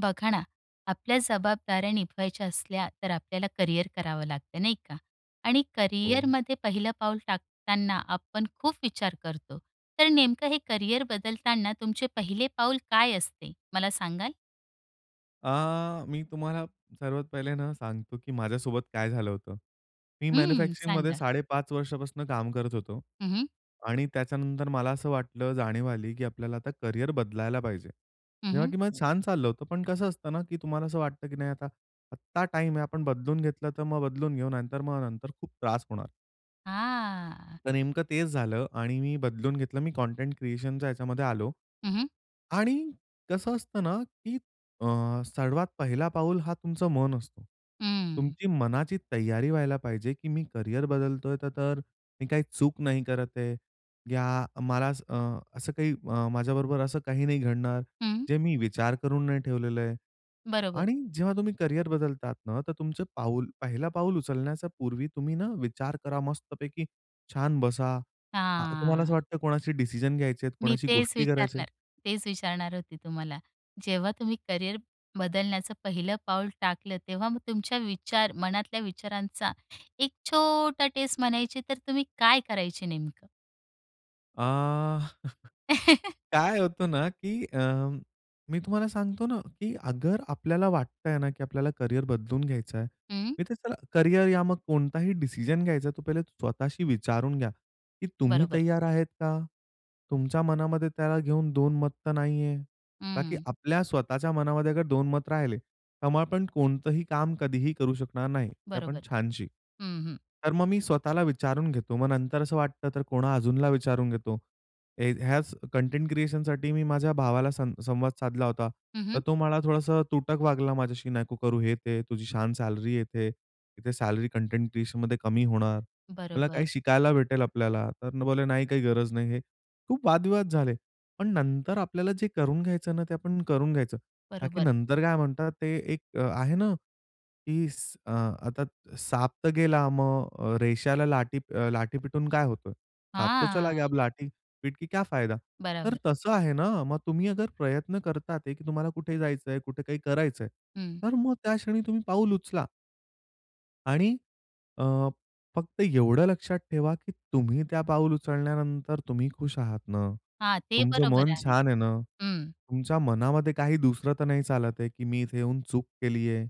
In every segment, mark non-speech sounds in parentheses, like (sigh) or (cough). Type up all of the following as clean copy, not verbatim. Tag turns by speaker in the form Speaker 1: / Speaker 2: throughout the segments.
Speaker 1: बघा ना, आपल्या जबाबदाऱ्या निभवायच्या असल्या तर आपल्याला करिअर करावं लागतं नाही का? आणि
Speaker 2: हो.
Speaker 1: करिअरमध्ये पहिलं पाऊल टाकताना आपण खूप विचार करतो. तर नेमकं हे करिअर बदलताना तुमचे पहिले पाऊल काय असते? मला सांगाल?
Speaker 2: मी तुम्हाला सर्वात पहिले ना सांगतो, की माझ्यासोबत काय झालं होतं. मी
Speaker 1: हं,
Speaker 2: मॅन्युफॅक्चरिंगमध्ये
Speaker 1: सांगा.
Speaker 2: 5.5 वर्षापासून काम करत होतो
Speaker 1: हं, हं.
Speaker 2: आणि त्याच्यानंतर मला असं वाटलं, जाणीव आली, की आपल्याला आता करिअर बदलायला पाहिजे.
Speaker 1: हं,
Speaker 2: जेव्हा
Speaker 1: हं.
Speaker 2: की माझं छान चाललं होतं, पण कसं असतं ना, की तुम्हाला असं वाटतं, की नाही आता आत्ता टाईम आहे, आपण बदलून घेतलं तर मग बदलून घेऊ, नाहीतर मग नंतर खूप त्रास होणार.
Speaker 1: हां.
Speaker 2: तर नेमकं तेच झालं आणि मी बदलून घेतलं. मी कंटेंट क्रिएशनच्या ह्याच्यामध्ये आलो.
Speaker 1: हं,
Speaker 2: आणि कसं असतं ना, की सर्वात पहिला पाऊल हा तुमचं मन असतो. तुमची मनाची तयारी व्हायला पाहिजे, की मी करियर बदलतोय तर तर मी काही चूक नाही करत आहे. या मला असं काही माझ्याबरोबर असं काही नाही घडणार, जे मी विचार करून नाही ठेवलेलं आहे.
Speaker 1: बरोबर.
Speaker 2: आणि जेव्हा तुम्ही करियर बदलतात ना, तर तुमचं पाऊल पहिला पाऊल उचलण्याच्या पूर्वी तुम्ही ना विचार करा मस्तपैकी. छान बसा. तुम्हाला असं
Speaker 1: हां.
Speaker 2: वाटतं कोणाशी डिसिजन घ्यायचे आहेत,
Speaker 1: मी
Speaker 2: कोणाशी
Speaker 1: तेच
Speaker 2: गोष्टी करायच्या आहेत,
Speaker 1: विचारणार तेच विचारणार होते तुम्हाला. जेव्हा तुम्ही करिअर बदलण्याचं पहिलं पाऊल टाकलं, तेव्हा मग तुमच्या विचार मनातल्या विचारांचा एक छोटा टेस्ट म्हणायची, तर तुम्ही काय करायचे नेमकं?
Speaker 2: अ, (laughs)
Speaker 1: (laughs)
Speaker 2: काय होतं ना, की मी तुम्हाला सांगतो ना, की अगर आपल्याला वाटतंय ना, की आपल्याला करियर बदलून घ्यायचं आहे.
Speaker 1: हं,
Speaker 2: मी तर चला करियर या मग कोणताही डिसिजन घ्यायचा तो पहिले स्वतःशी विचारून घ्या, की तुम्ही
Speaker 1: बरोबर.
Speaker 2: तयार आहेत का? तुमच्या मनामध्ये त्याला घेऊन 2 मत तर नाहीये. का
Speaker 1: हं,
Speaker 2: आपल्या स्वतःच्या मनामध्ये अगर दोन मत राहिले, तेव्हा आपण कोणतंही काम कधीही करू शकणार नाही. ते आपण
Speaker 1: बरोबर.
Speaker 2: छानशी.
Speaker 1: हं, हं.
Speaker 2: तर मग मी स्वतःला विचारून घेतो. मग नंतर असं वाटतं तर कोणा अजूनला विचारून घेतो. हे ह्याच कंटेंट क्रिएशनसाठी मी माझ्या भावाला संवाद साधला होता.
Speaker 1: हं,
Speaker 2: तर
Speaker 1: हं.
Speaker 2: तो मला थोडंसं तुटक वागला माझ्याशी, "नको करू हे ते. तुझी छान सॅलरी येते. इथे सॅलरी कंटेंट क्रिएशनमध्ये कमी होणार. मला काही
Speaker 1: बरोबर,
Speaker 2: शिकायला भेटेल आपल्याला." तर बोलले, "नाही काही गरज नाही." हे खूप वादविवाद झाले. पण नंतर आपल्याला जे करून घ्यायचं ना, ते आपण करून घ्यायचं. का की
Speaker 1: बरोबर.
Speaker 2: नंतर काय म्हणतात ते एक आहे ना, की आता साप तर गेला, मग रेषाला लाठी पिटून काय होतं? साप तो चला
Speaker 1: हां,
Speaker 2: गया, अब लाठी पीट के क्या फायदा? तर
Speaker 1: बरोबर.
Speaker 2: तसं आहे ना, मग तुम्ही अगर प्रयत्न करतात आहे, की तुम्हाला कुठे जायचंय, कुठे काही करायचंय,
Speaker 1: हं.
Speaker 2: तर मग त्या क्षणी तुम्ही पाऊल उचला. आणि अ, फक्त एवढं लक्षात ठेवा, की तुम्ही त्या पाऊल उचलल्यानंतर तुम्ही खुश आहात ना.
Speaker 1: हां, ते
Speaker 2: तुमचं
Speaker 1: बरोबर
Speaker 2: मन
Speaker 1: आहे.
Speaker 2: छान आहे ना.
Speaker 1: हं,
Speaker 2: तुमच्या मनामध्ये काही दुसरं तर नाही चालत आहे, की मी इथे येऊन चूक केली आहे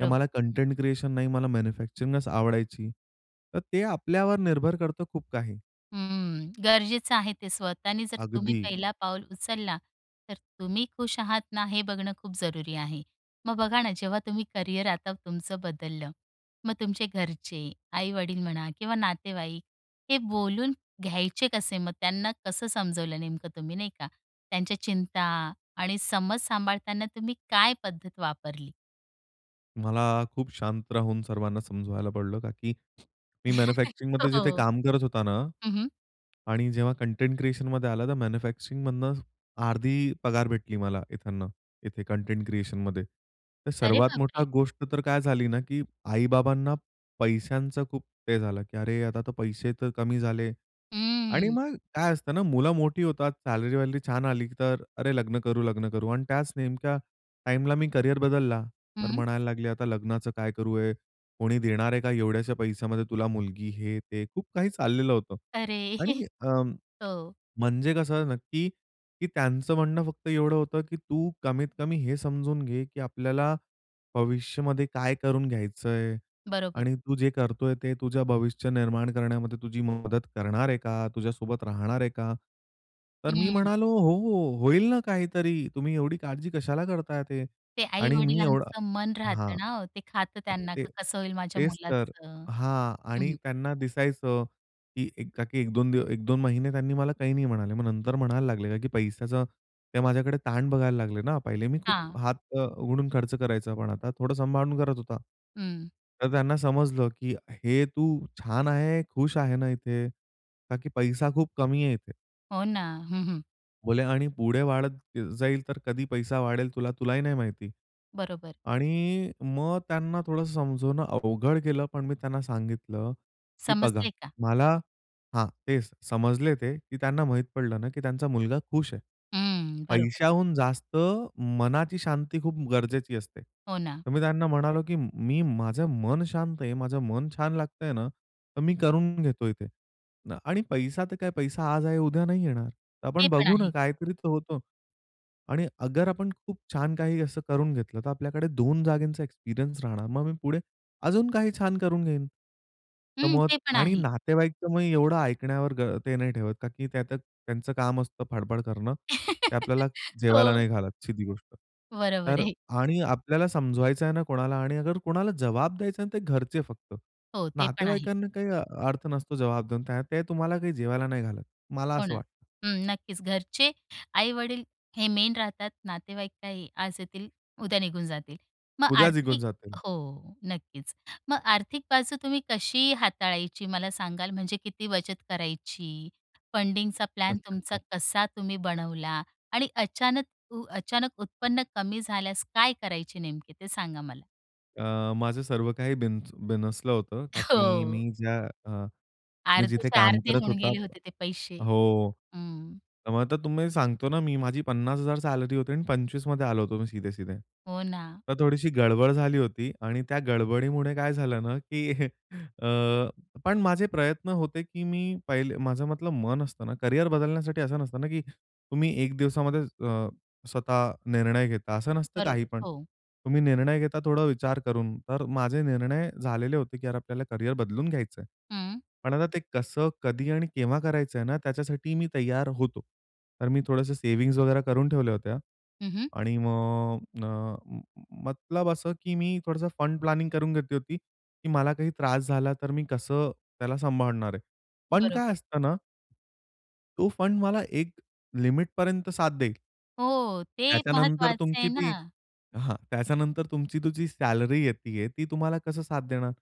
Speaker 2: या मला कंटेंट क्रिएशन नाही, मला मॅन्युफॅक्चरिंगच आवडायची. तर ते आपल्यावर निर्भर करतं खूप काही.
Speaker 1: हं, गरजेचं आहे ते. स्वतःनी जर तुम्ही
Speaker 2: अगदी.
Speaker 1: पहिला पाऊल उचलला, तर तुम्ही खुश आहात ना, हे बघणं खूप जरुरी आहे. मग बघा ना, जेव्हा तुम्ही करिअर आता तुमचं बदललं, मग तुमचे घरचे, आई-वडील म्हणा किंवा नातेवाईक, हे बोलून घ्यायचे कसे? मग त्यांना कसं समजवलं नेमकं तुम्ही, नाही का? त्यांच्या चिंता आणि समज सांभाळताना तुम्ही काय पद्धत वापरली?
Speaker 2: मला खूप शांत राहून सर्वांना समजवायला पडलं, का की मी
Speaker 1: (laughs)
Speaker 2: मॅन्युफॅक्चरिंगमध्ये जिथे
Speaker 1: हो.
Speaker 2: काम करत होता ना
Speaker 1: हं,
Speaker 2: आणि जेव्हा कंटेंट क्रिएशनमध्ये आला, तर मॅन्युफॅक्चरिंगमधनं अर्धी पगार भेटली मला इथनं, इथे कंटेंट क्रिएशनमध्ये. तर
Speaker 1: अरे
Speaker 2: सर्वात मोठा
Speaker 1: बापरे!
Speaker 2: गोष्ट तर काय झाली ना, की आई-बाबांना पैशांचं खूप ते झालं, की "अरे, आता तर पैसे तर कमी झाले." आणि
Speaker 1: हं,
Speaker 2: मग काय असतं ना, मुलं मोठी होतात, सॅलरी-वॅलरी छान आली, तर "अरे लग्न करू, लग्न करू." आणि त्याच नेमक्या टाईमला मी करियर बदलला. तर
Speaker 1: हं.
Speaker 2: म्हणायला लागले, "आता लग्नाचं काय करू आहे? कोणी देणार आहे का एवढ्याशा पैशामध्ये तुला मुलगी?" हे, ते खूप काही चाललेलं होतं.
Speaker 1: अरे!
Speaker 2: आणि
Speaker 1: (laughs) हो,
Speaker 2: म्हणजे कसं नक्की, की त्यांचं म्हणणं फक्त एवढं होतं, की तू कमीत कमी हे समजून घे, की आपल्याला भविष्यामध्ये काय करून घ्यायचंय
Speaker 1: बरोबर.
Speaker 2: आणि तू जे करतोय ते तुझ्या भविष्य निर्माण करण्यामध्ये तुझी मदत करणार आहे का? तुझ्यासोबत राहणार आहे का? तर मी म्हणालो, "हो, हो. होईल ना काहीतरी. तुम्ही एवढी काळजी कशाला करताय ते?"
Speaker 1: ते
Speaker 2: आणि मी एवढा
Speaker 1: आई-वडिलांचं मन राहतं
Speaker 2: हां.
Speaker 1: ना ओ, ते खातं हं. त्यांना,
Speaker 2: ते
Speaker 1: का कसं होईल माझ्या
Speaker 2: तेच तर.
Speaker 1: मुलाचं?
Speaker 2: हां. आणि
Speaker 1: हं.
Speaker 2: त्यांना दिसायचं की एक का की 1-2 महिने त्यांनी मला काही नाही म्हणाले. मग नंतर म्हणायला लागले का की पैशाचं ते माझ्याकडे ताण बघायला लागले ना. पहिले मी खूप
Speaker 1: हां.
Speaker 2: उघडून खर्च करायचा, पण आता थोडं सांभाळून करत होता.
Speaker 1: हं.
Speaker 2: तर त्यांना समजलं की "हे तू छान आहे, खुश आहे ना इथे? का की पैसा खूप कमी आहे इथे?"
Speaker 1: हो ना. हं, हं.
Speaker 2: बोले आणि पुढे वाढत जाईल तर कधी पैसा वाढेल तुलाही नाही माहिती.
Speaker 1: बरोबर.
Speaker 2: आणि मग त्यांना थोडंसं समजवणं अवघड गेलं, पण मी त्यांना सांगितलं, की बघा
Speaker 1: समजले का?
Speaker 2: मला हां, तेच समजले ते, की त्यांना माहीत पडलं ना, की त्यांचा मुलगा खुश आहे.
Speaker 1: हं. बरोबर.
Speaker 2: पैशाहून जास्त मनाची शांती खूप गरजेची असते.
Speaker 1: हो ना.
Speaker 2: तर मी त्यांना म्हणालो, की मी माझं मन शांत आहे, माझं मन छान लागतंय ना, तर मी करून घेतो इथे. आणि पैसा तर काय पैसा आज आहे, उद्या नाही येणार. तर आपण
Speaker 1: ते पण
Speaker 2: बघू
Speaker 1: आहे.
Speaker 2: ना काहीतरी तर होतो. आणि अगर आपण खूप छान काही असं करून घेतलं, तर आपल्याकडे 2 जागेंचा एक्सपिरियन्स राहणार. मग मी पुढे अजून काही छान करून घेईन. तर
Speaker 1: हं.
Speaker 2: मग
Speaker 1: ते पण
Speaker 2: आणि
Speaker 1: आहे.
Speaker 2: नातेवाईकचं मग एवढं ऐकण्यावर ग ते नाही ठेवत का की त्या त्या त्यांचं काम असतं फडफड करणं. ते आपल्याला
Speaker 1: (laughs)
Speaker 2: जेवायला
Speaker 1: हो.
Speaker 2: नाही घालत, सीधी गोष्ट.
Speaker 1: बरोबर
Speaker 2: तर
Speaker 1: आहे.
Speaker 2: आणि आपल्याला समजवायचं आहे ना कोणाला आणि अगर कोणाला जबाब द्यायचा आहे ना, ते घरचे फक्त.
Speaker 1: हो, ते पण आहे.
Speaker 2: नातेवाईकांना काही अर्थ नसतो जबाब देऊन. ते तुम्हाला काही जेवायला नाही घालत. मला
Speaker 1: हो
Speaker 2: असं
Speaker 1: ना.
Speaker 2: वाटतं.
Speaker 1: हं, नक्कीच. घरचे आई-वडील हे मेन राहतात. नातेवाईक काही आज येतील, उद्या निघून जातील. मग
Speaker 2: उद्या निघून
Speaker 1: आर्थिक
Speaker 2: जातील.
Speaker 1: हो, नक्कीच. मग आर्थिक बाजू तुम्ही कशी हाताळायची मला सांगाल? म्हणजे किती बचत करायची? फंडिंगचा प्लॅन तुमचा
Speaker 2: (laughs)
Speaker 1: कसा तुम्ही बनवला? आणि अचानक अचानक उत्पन्न कमी झाल्यास काय करायचे नेमके ते सांगा मला?
Speaker 2: अ, माझं सर्व काही बिनसलं होतं, का की
Speaker 1: हो.
Speaker 2: मी ज्या मी जिथे
Speaker 1: अर्धेच्या
Speaker 2: काम
Speaker 1: अर्धे
Speaker 2: करत
Speaker 1: होऊन
Speaker 2: होता
Speaker 1: गेले होते ते पैसे.
Speaker 2: हो.
Speaker 1: हं.
Speaker 2: तर मग तर तुम्ही सांगतो ना, मी माझी 50,000 सॅलरी होती आणि 25 मध्ये आलो होतो मी सीधे-सीधे.
Speaker 1: हो ना.
Speaker 2: तर थोडीशी गडबड झाली होती आणि त्या गडबडीमुळे काय झालं ना, की (laughs) अ, पण माझे प्रयत्न होते, की मी पहिले माझं मतलब मन असतं ना, करियर बदलण्यासाठी असं नसतं ना, की तुम्ही 1 दिवसामध्ये स्वतः निर्णय घेता. असं नसतं काही
Speaker 1: बरोबर.
Speaker 2: पण.
Speaker 1: हो.
Speaker 2: तुम्ही निर्णय घेता थोडा विचार करून. तर माझे निर्णय झालेले होते, की यार आपल्याला करियर बदलून घ्यायचंय.
Speaker 1: हं.
Speaker 2: पण आता ते कसं, कधी आणि केव्हा करायचं आहे ना, त्याच्यासाठी मी तयार होतो. तर मी थोडंसं सेव्हिंग्ज वगैरे करून ठेवल्या होत्या.
Speaker 1: हं,
Speaker 2: आणि मग मतलब असं, की मी थोडंसं फंड प्लॅनिंग करून घेतली होती, की मला काही त्रास झाला तर मी कसं त्याला सांभाळणार आहे. पण काय
Speaker 1: बरोबर.
Speaker 2: असतं ना, तो फंड मला एक लिमिटपर्यंत साथ देईल.
Speaker 1: हो, ते
Speaker 2: त्याच्यानंतर
Speaker 1: महत्वाचं
Speaker 2: तुमची
Speaker 1: आहे ना.
Speaker 2: ती हां, त्याच्यानंतर तुझी सॅलरी येतीये, ती तुम्हाला कसं साथ देणार?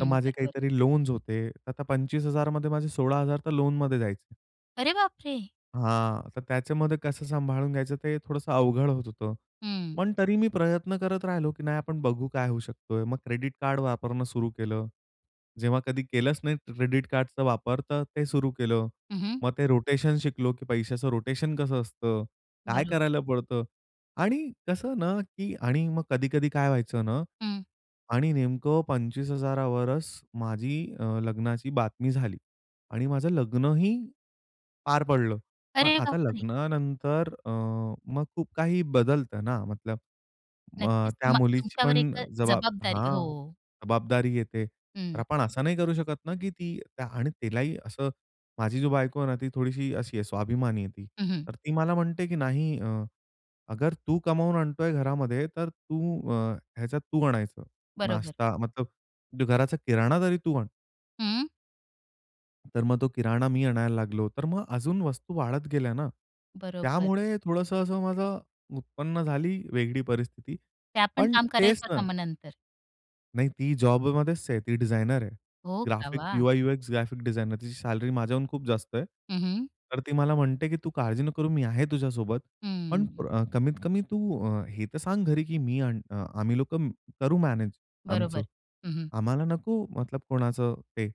Speaker 2: तर माझे
Speaker 1: बरोबर.
Speaker 2: काहीतरी लोन्स होते. तर आता 25,000 मध्ये माझे 16,000 तर लोनमध्ये जायचे.
Speaker 1: अरे बापरे!
Speaker 2: हां, तर त्याच्यामध्ये कसं सांभाळून घ्यायचं ते थोडंसं अवघड होत होतं.
Speaker 1: हं.
Speaker 2: पण तरी मी प्रयत्न करत राहिलो, की नाही आपण बघू काय होऊ शकतोय. मग क्रेडिट कार्ड वापरणं सुरू केलं. जेव्हा कधी केलंच नाही क्रेडिट कार्डचा वापर, तर ते सुरू केलं.
Speaker 1: हं,
Speaker 2: मग ते रोटेशन शिकलो, की पैशाचं रोटेशन कसं असतं? काय
Speaker 1: बरोबर.
Speaker 2: करायला पडतं? आणि कसं ना, की आणि मग कधी-कधी काय व्हायचं ना
Speaker 1: हं.
Speaker 2: आणि नेमकं 25,000 वरच माझी लग्नाची बातमी झाली आणि माझं लग्नही पार पडलं. पण
Speaker 1: अरे
Speaker 2: आता
Speaker 1: बापरे!
Speaker 2: लग्नानंतर मग खूप काही बदलतं ना, मतलब मग
Speaker 1: नक्कीच
Speaker 2: त्या
Speaker 1: तुम्हा
Speaker 2: मुलीची
Speaker 1: तुमच्यावर एक
Speaker 2: पण जबाब
Speaker 1: जबाबदारी हो.
Speaker 2: हां, जबाबदारी येते. तर आपण असं नाही करू शकत ना, की ती त्या- आणि तिलाही असं माझी जी बायको आहे ना, ती थोडीशी अशी आहे, स्वाभिमानी आहे ती.
Speaker 1: हं, हं.
Speaker 2: तर ती मला म्हणते, की "नाही अगर तू कमावून आणतोय घरामध्ये, तर तू अ, ह्याच्यात तू आणायचं
Speaker 1: बरोबर.
Speaker 2: नाश्ता, मतलब जो घराचा किराणा तरी तू आण."
Speaker 1: हं.
Speaker 2: तर मग तो किराणा मी आणायला लागलो. तर मग अजून वस्तू वाढत गेल्या ना.
Speaker 1: बरोबर.
Speaker 2: त्यामुळे थोडंसं असं माझं उत्पन्न झाली वेगळी परिस्थिती.
Speaker 1: त्या पण
Speaker 2: पण
Speaker 1: काम
Speaker 2: तेच
Speaker 1: करायच्या
Speaker 2: ना
Speaker 1: का मग नंतर?
Speaker 2: नाही ती जॉबमध्येच आहे. ती डिझायनर आहे.
Speaker 1: हो का?
Speaker 2: ग्राफिक
Speaker 1: वाह!
Speaker 2: U I U graphic designer. तिची सॅलरी माझ्याहून खूप जास्त आहे.
Speaker 1: हं, हं.
Speaker 2: तर ती मला म्हणते, की "तू काळजी नको करू मी आहे तुझ्यासोबत. पण
Speaker 1: हं.
Speaker 2: कमीत कमी तू हे तर सांग घरी, की आम्ही लोकं करू मॅनेज आमचं."
Speaker 1: बरोबर. हं, हं.
Speaker 2: आम्हाला नको मतलब कोणाचं ते.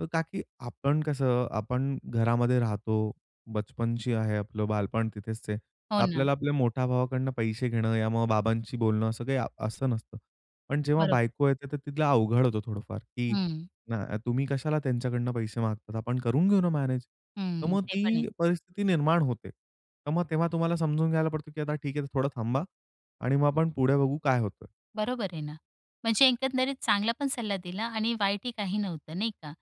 Speaker 2: तर का की आपण कसं आपण घरामध्ये राहतो. बचपनची आहे आपलं बालपण तिथेच आहे.
Speaker 1: हो
Speaker 2: तर
Speaker 1: ना.
Speaker 2: आपल्याला आपल्या मोठ्या भावाकडनं पैसे घेणं या मग बाबांशी बोलणं असं नसतं. पण जेव्हा
Speaker 1: बरोबर.
Speaker 2: बायको येते तर तिला अवघड होतं थोडंफार, की
Speaker 1: हं.
Speaker 2: ना तुम्ही कशाला त्यांच्याकडनं पैसे मागतात? आपण करून घेऊ ना मॅनेज. तर
Speaker 1: हं.
Speaker 2: मग
Speaker 1: ते पण आहे.
Speaker 2: ती परिस्थिती निर्माण होते. तर मग तेव्हा तुम्हाला समजून घ्यायला पडतो, की आता ठीक आहे थोडं थांबा आणि मग आपण पुढे बघू काय होतं.
Speaker 1: बरोबर आहे ना. म्हणजे एकंदरीत चांगला पण सल्ला दिला आणि वाईटही काही नव्हतं नाही का?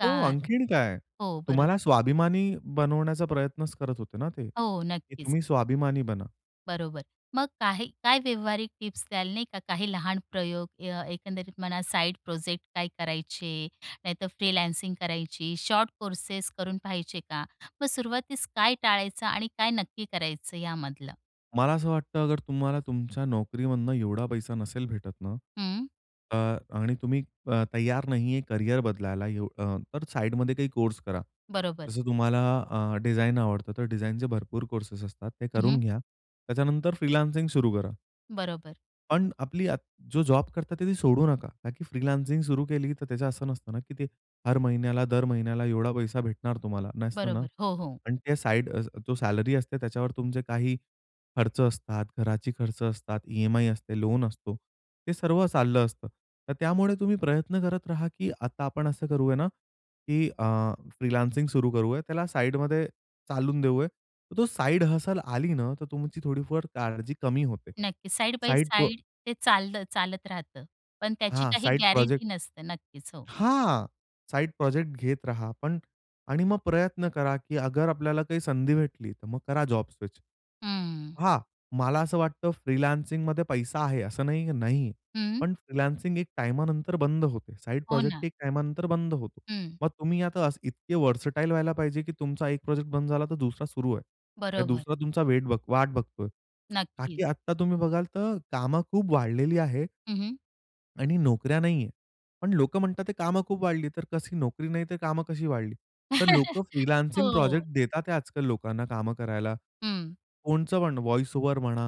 Speaker 1: का
Speaker 2: हो, आणखीन काय?
Speaker 1: हो, बरोबर.
Speaker 2: तुम्हाला स्वाभिमानी बनवण्याचा प्रयत्नच करत होते ना ते,
Speaker 1: हो,
Speaker 2: की
Speaker 1: नक्कीच.
Speaker 2: तुम्ही स्वाभिमानी बना.
Speaker 1: बरोबर. मग काही काय व्यावहारिक टिप्स द्याल नाही का? काही लहान प्रयोग एकंदरीत म्हणा साईड प्रोजेक्ट काय करायचे, नाहीतर फ्रीलान्सिंग करायची, शॉर्ट कोर्सेस करून पाहायचे का? मग सुरुवातीस काय टाळायचं आणि काय नक्की करायचं यामधलं?
Speaker 2: मला असं वाटतं अगर तुम्हाला तुमच्या नोकरीमधनं एवढा पैसा नसेल भेटत ना,
Speaker 1: हं,
Speaker 2: तर आणि तुम्ही तयार नाहीये करियर बदलायला तर साइडमध्ये काही कोर्स करा.
Speaker 1: बरोबर.
Speaker 2: जसं तुम्हाला डिझाइन आवडतं, तर डिझाइनचे भरपूर कोर्सेस असतात. ते करून
Speaker 1: हं,
Speaker 2: घ्या. त्याच्यानंतर फ्रीलान्सिंग सुरू करा.
Speaker 1: बरोबर,
Speaker 2: पण आपली आत जो जॉब करता ती सोडू नका. का की फ्रीलान्सिंग सुरू केली, तर त्याचं असं नसतं ना, की ते हर महिन्याला, दर महिन्याला एवढा पैसा भेटणार तुम्हाला. नसतं ना.
Speaker 1: बरोबर. हो, हो.
Speaker 2: आणि त्या साइड जो सॅलरी असते त्याच्यावर तुमचे काही खर्च असतात, घराची खर्च असतात, ई-एम-आय असते, लोन असतो. ते सर्व चाललं असतं. तर त्यामुळे तुम्ही प्रयत्न करत राहा, की आता आपण असं करूया ना, की फ्रीलान्सिंग सुरू करूया. त्याला साइडमध्ये चालून देऊया. तर तो साइड हसल आली ना, तर तुमची थोडीफार काळजी कमी होते.
Speaker 1: नक्की. साइड बाय
Speaker 2: साइड
Speaker 1: साइड ते चालत राहतं. पण त्याची
Speaker 2: हां,
Speaker 1: काही
Speaker 2: साइड प्रोजेक्ट
Speaker 1: गॅरंटी नसते. नक्कीच. हो.
Speaker 2: हां, साइड प्रोजेक्ट घेत राहा. आणि मग प्रयत्न करा, की अगर आपल्याला काही संधी भेटली, तर मग करा जॉब स्विच.
Speaker 1: हं.
Speaker 2: हां, मला असं वाटतं फ्रीलान्सिंगमध्ये पैसा आहे, असं नाही की नाही.
Speaker 1: हं.
Speaker 2: पण फ्रीलान्सिंग एक टाईमानंतर बंद होते. साइड
Speaker 1: हो ना.
Speaker 2: प्रोजेक्ट एक टाईमानंतर बंद होतो.
Speaker 1: हं.
Speaker 2: मग तुम्ही आता असं इतके व्हर्सटाईल व्हायला पाहिजे, की तुमचा एक प्रोजेक्ट बंद झाला, तर दुसरा सुरू आहे. या
Speaker 1: बरोबर.
Speaker 2: दुसरा तुमचा वेट बघ वाट बघतोय. का
Speaker 1: नक्कीच.
Speaker 2: की आत्ता तुम्ही बघाल, तर कामं खूप वाढलेली आहे.
Speaker 1: हं,
Speaker 2: आणि नोकऱ्या नाहीये. पण लोक म्हणतात, "ते कामं खूप वाढली." तर कशी नोकरी नाही, तर कामं कशी वाढली? तर लोकं
Speaker 1: (laughs)
Speaker 2: फ्रीलान्सिंग
Speaker 1: हो.
Speaker 2: प्रोजेक्ट देतात आहे आजकाल लोकांना कामं करायला.
Speaker 1: हं,
Speaker 2: कोणचं पण व्हॉईस ओव्हर म्हणा,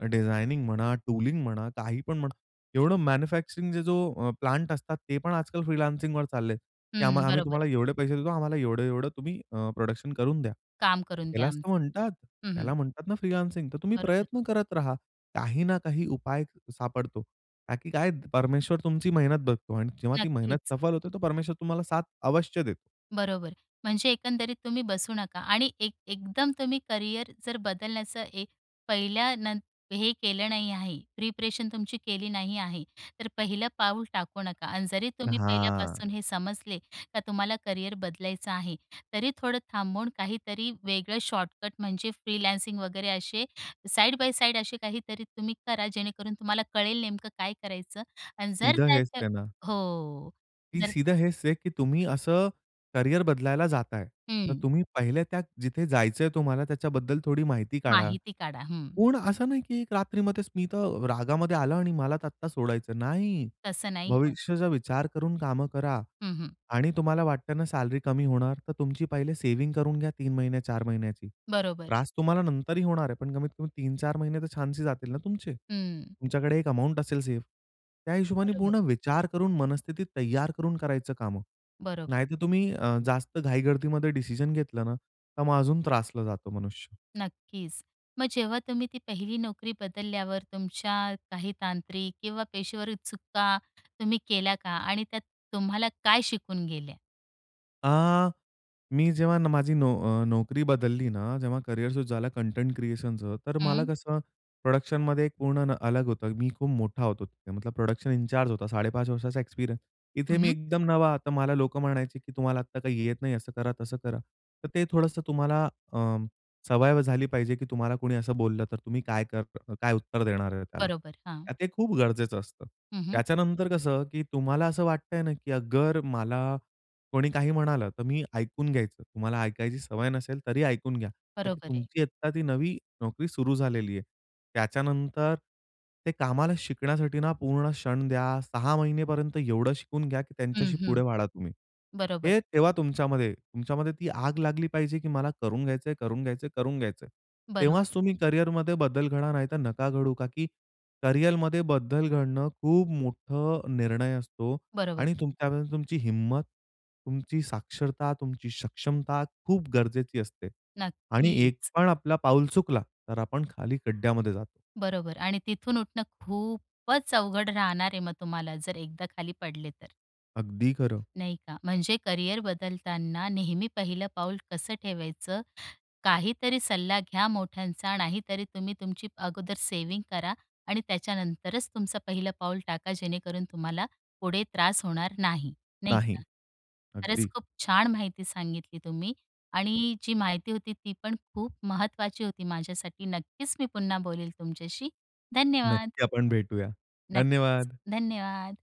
Speaker 2: डिझायनिंग म्हणा, टूलिंग म्हणा, काही पण म्हणा. एवढं मॅन्युफॅक्चरिंगचे जो प्लांट असतात, ते पण आजकाल फ्रीलान्सिंगवर चालले, की
Speaker 1: हं.
Speaker 2: आम्ही
Speaker 1: बरोबर.
Speaker 2: तुम्हाला एवढे पैसे देतो, आम्हाला एवढं-एवढं तुम्ही प्रोडक्शन करून द्या.
Speaker 1: काम करून द्या
Speaker 2: त्यालाच तर
Speaker 1: आमचं. हं, हं.
Speaker 2: म्हणतात ना फ्रीलान्सिंग. तर तुम्ही
Speaker 1: बरोबर.
Speaker 2: प्रयत्न करत राहा. काही ना काही उपाय सापडतो. का की काय परमेश्वर तुमची मेहनत बघतो आणि जेव्हा ती मेहनत
Speaker 1: नक्कीच.
Speaker 2: सफल होते, तर परमेश्वर तुम्हाला साथ अवश्य देतो.
Speaker 1: बरोबर. म्हणजे एकंदरीत तुम्ही बसू नका आणि एकदम तुम्ही करिअर जर बदलण्याचं ए पहिल्या नं हे केलं नाही आहे, प्रिपरेशन तुमची केली नाही आहे, तर पहिलं पाऊल टाकू नका आणि जरी तुम्ही पहिल्यापासून
Speaker 2: हां.
Speaker 1: हे समजले का तुम्हाला करिअर बदलायचं आहे, तरी थोडं थांबून काहीतरी वेगळं शॉर्टकट म्हणजे फ्रीलान्सिंग वगैरे असे साइड बाय साइड असे काहीतरी तुम्ही करा, जेणेकरून तुम्हाला कळेल नेमकं काय करायचं आणि जर
Speaker 2: सीधं हेच
Speaker 1: त्याच्या
Speaker 2: आहे ना,
Speaker 1: हो.
Speaker 2: की
Speaker 1: जर
Speaker 2: सीधं हेच आहे, की तुम्ही असं करियर बदलायला जाताय. तर
Speaker 1: हं.
Speaker 2: तुम्ही पहिले त्या जिथे जायचंय तुम्हाला त्याच्याबद्दल थोडी माहिती काढा.
Speaker 1: माहिती काढा. हं.
Speaker 2: पूर्ण असं नाही, की एक रात्रीमध्येच मी तर रागामध्ये आलं आणि मला तर आत्ता सोडायचं. नाही.
Speaker 1: तसं नाही होत.
Speaker 2: भविष्याचा विचार करून कामं करा.
Speaker 1: हं, हं.
Speaker 2: आणि तुम्हाला वाटतं ना सॅलरी कमी होणार, तर तुमची पहिले सेव्हिंग करून घ्या 3 महिने, 4 महिन्याची.
Speaker 1: बरोबर.
Speaker 2: त्रास तुम्हाला नंतरही होणार आहे, पण कमीत कमी तीन चार महिने तर छानसे जातील ना तुमचे.
Speaker 1: हं.
Speaker 2: तुमच्याकडे एक अमाउंट असेल सेव्ह. त्या हिशोबाने
Speaker 1: बरोबर,
Speaker 2: पूर्ण विचार करून मनस्थिती तयार करून करायचं कामं.
Speaker 1: बरोबर.
Speaker 2: नाहीतर तुम्ही जास्त घाईगर्दीमध्ये डिसिजन घेतलं ना, तर मग अजून त्रासला जातो मनुष्य.
Speaker 1: नक्कीच. मग जेव्हा तुम्ही ती पहिली नोकरी बदलल्यावर तुमच्या काही तांत्रिक किंवा पेशेवर चुका तुम्ही केल्या का? आणि त्यात तुम्हाला काय शिकून गेल्या?
Speaker 2: आ, मी जेव्हा न माझी नो अ, नोकरी बदलली ना, जेव्हा करियर स्विच झाला कंटेंट क्रिएशनचं, तर मला
Speaker 1: हं,
Speaker 2: कसं प्रोडक्शनमध्ये एक पूर्ण अलग होतं. मी खूप मोठा होतो तिथे. मतलब प्रोडक्शन इन्चार्ज होता. 5.5 वर्षाचा एक्सपिरियन्स. इथे मी
Speaker 1: हं.
Speaker 2: एकदम नवा. तर मला लोकं म्हणायचे, की "तुम्हाला आत्ता काही येत नाही. असं करा, तसं करा." तर ते थोडंसं तुम्हाला अ, सवय झाली पाहिजे, की तुम्हाला कोणी असं बोललं, तर तुम्ही काय उत्तर देणार आहे त्याला.
Speaker 1: बरोबर. हां.
Speaker 2: ते खूप गरजेचं असतं.
Speaker 1: हं, हं.
Speaker 2: त्याच्यानंतर कसं, की तुम्हाला असं वाटतंय ना, की अगर मला कोणी काही म्हणालं, तर मी ऐकून घ्यायचं. तुम्हाला ऐकायची सवय नसेल तरी ऐकून घ्या. का की
Speaker 1: बरोबर आहे.
Speaker 2: तुमची आत्ता ती नवी नोकरी सुरू झालेली आहे. त्याच्यानंतर ते कामाला शिकण्यासाठी ना पूर्ण क्षण द्या. 6 महिनेपर्यंत एवढं शिकून घ्या, की
Speaker 1: हं,
Speaker 2: त्यांच्याशी पुढे
Speaker 1: हं.
Speaker 2: वाढा तुम्ही.
Speaker 1: बरोबर,
Speaker 2: हे तेव्हा तुमच्यामध्ये तुमच्यामध्ये ती आग लागली पाहिजे, की मला करून घ्यायचंय, करून घ्यायचंय, करून घ्यायचंय.
Speaker 1: बरोबर,
Speaker 2: तेव्हाच तुम्ही करिअरमध्ये बदल घडा, नाहीतर नका घडू. का की करिअरमध्ये बदल घडणं खूप मोठा निर्णय असतो.
Speaker 1: बरोबर.
Speaker 2: आणि त्यावेळेस तुमची हिंमत, तुमची साक्षरता, तुमची सक्षमता खूप गरजेची असते. आणि एक
Speaker 1: नक्कीच.
Speaker 2: पण आपला पाऊल चुकला, तर आपण खाली खड्ड्यामध्ये जातो.
Speaker 1: बरोबर आणि तिथून उठणं खूपच अवघड राहणार आहे मग तुम्हाला, जर एकदा खाली पडले तर.
Speaker 2: अगदी खरं.
Speaker 1: नाही का? म्हणजे करिअर बदलताना नेहमी पहिलं पाऊल कसं ठेवायचं? काहीतरी सल्ला घ्या मोठ्यांचा, नाहीतरी तुम्ही तुमची अगोदर सेव्हिंग करा आणि त्याच्यानंतरच तुमचं पहिलं पाऊल टाका, जेणेकरून तुम्हाला पुढे त्रास होणार नाही, नाही
Speaker 2: नाही.
Speaker 1: का? खरंच
Speaker 2: अगदी.
Speaker 1: खूप छान माहिती सांगितली तुम्ही आणि जी माहिती होती ती पण खूप महत्त्वाची होती माझ्यासाठी. नक्कीच मी पुन्हा बोलेल तुमच्याशी. धन्यवाद.
Speaker 2: नक्की आपण भेटूया.
Speaker 1: नक्कीच.
Speaker 2: धन्यवाद.
Speaker 1: धन्यवाद.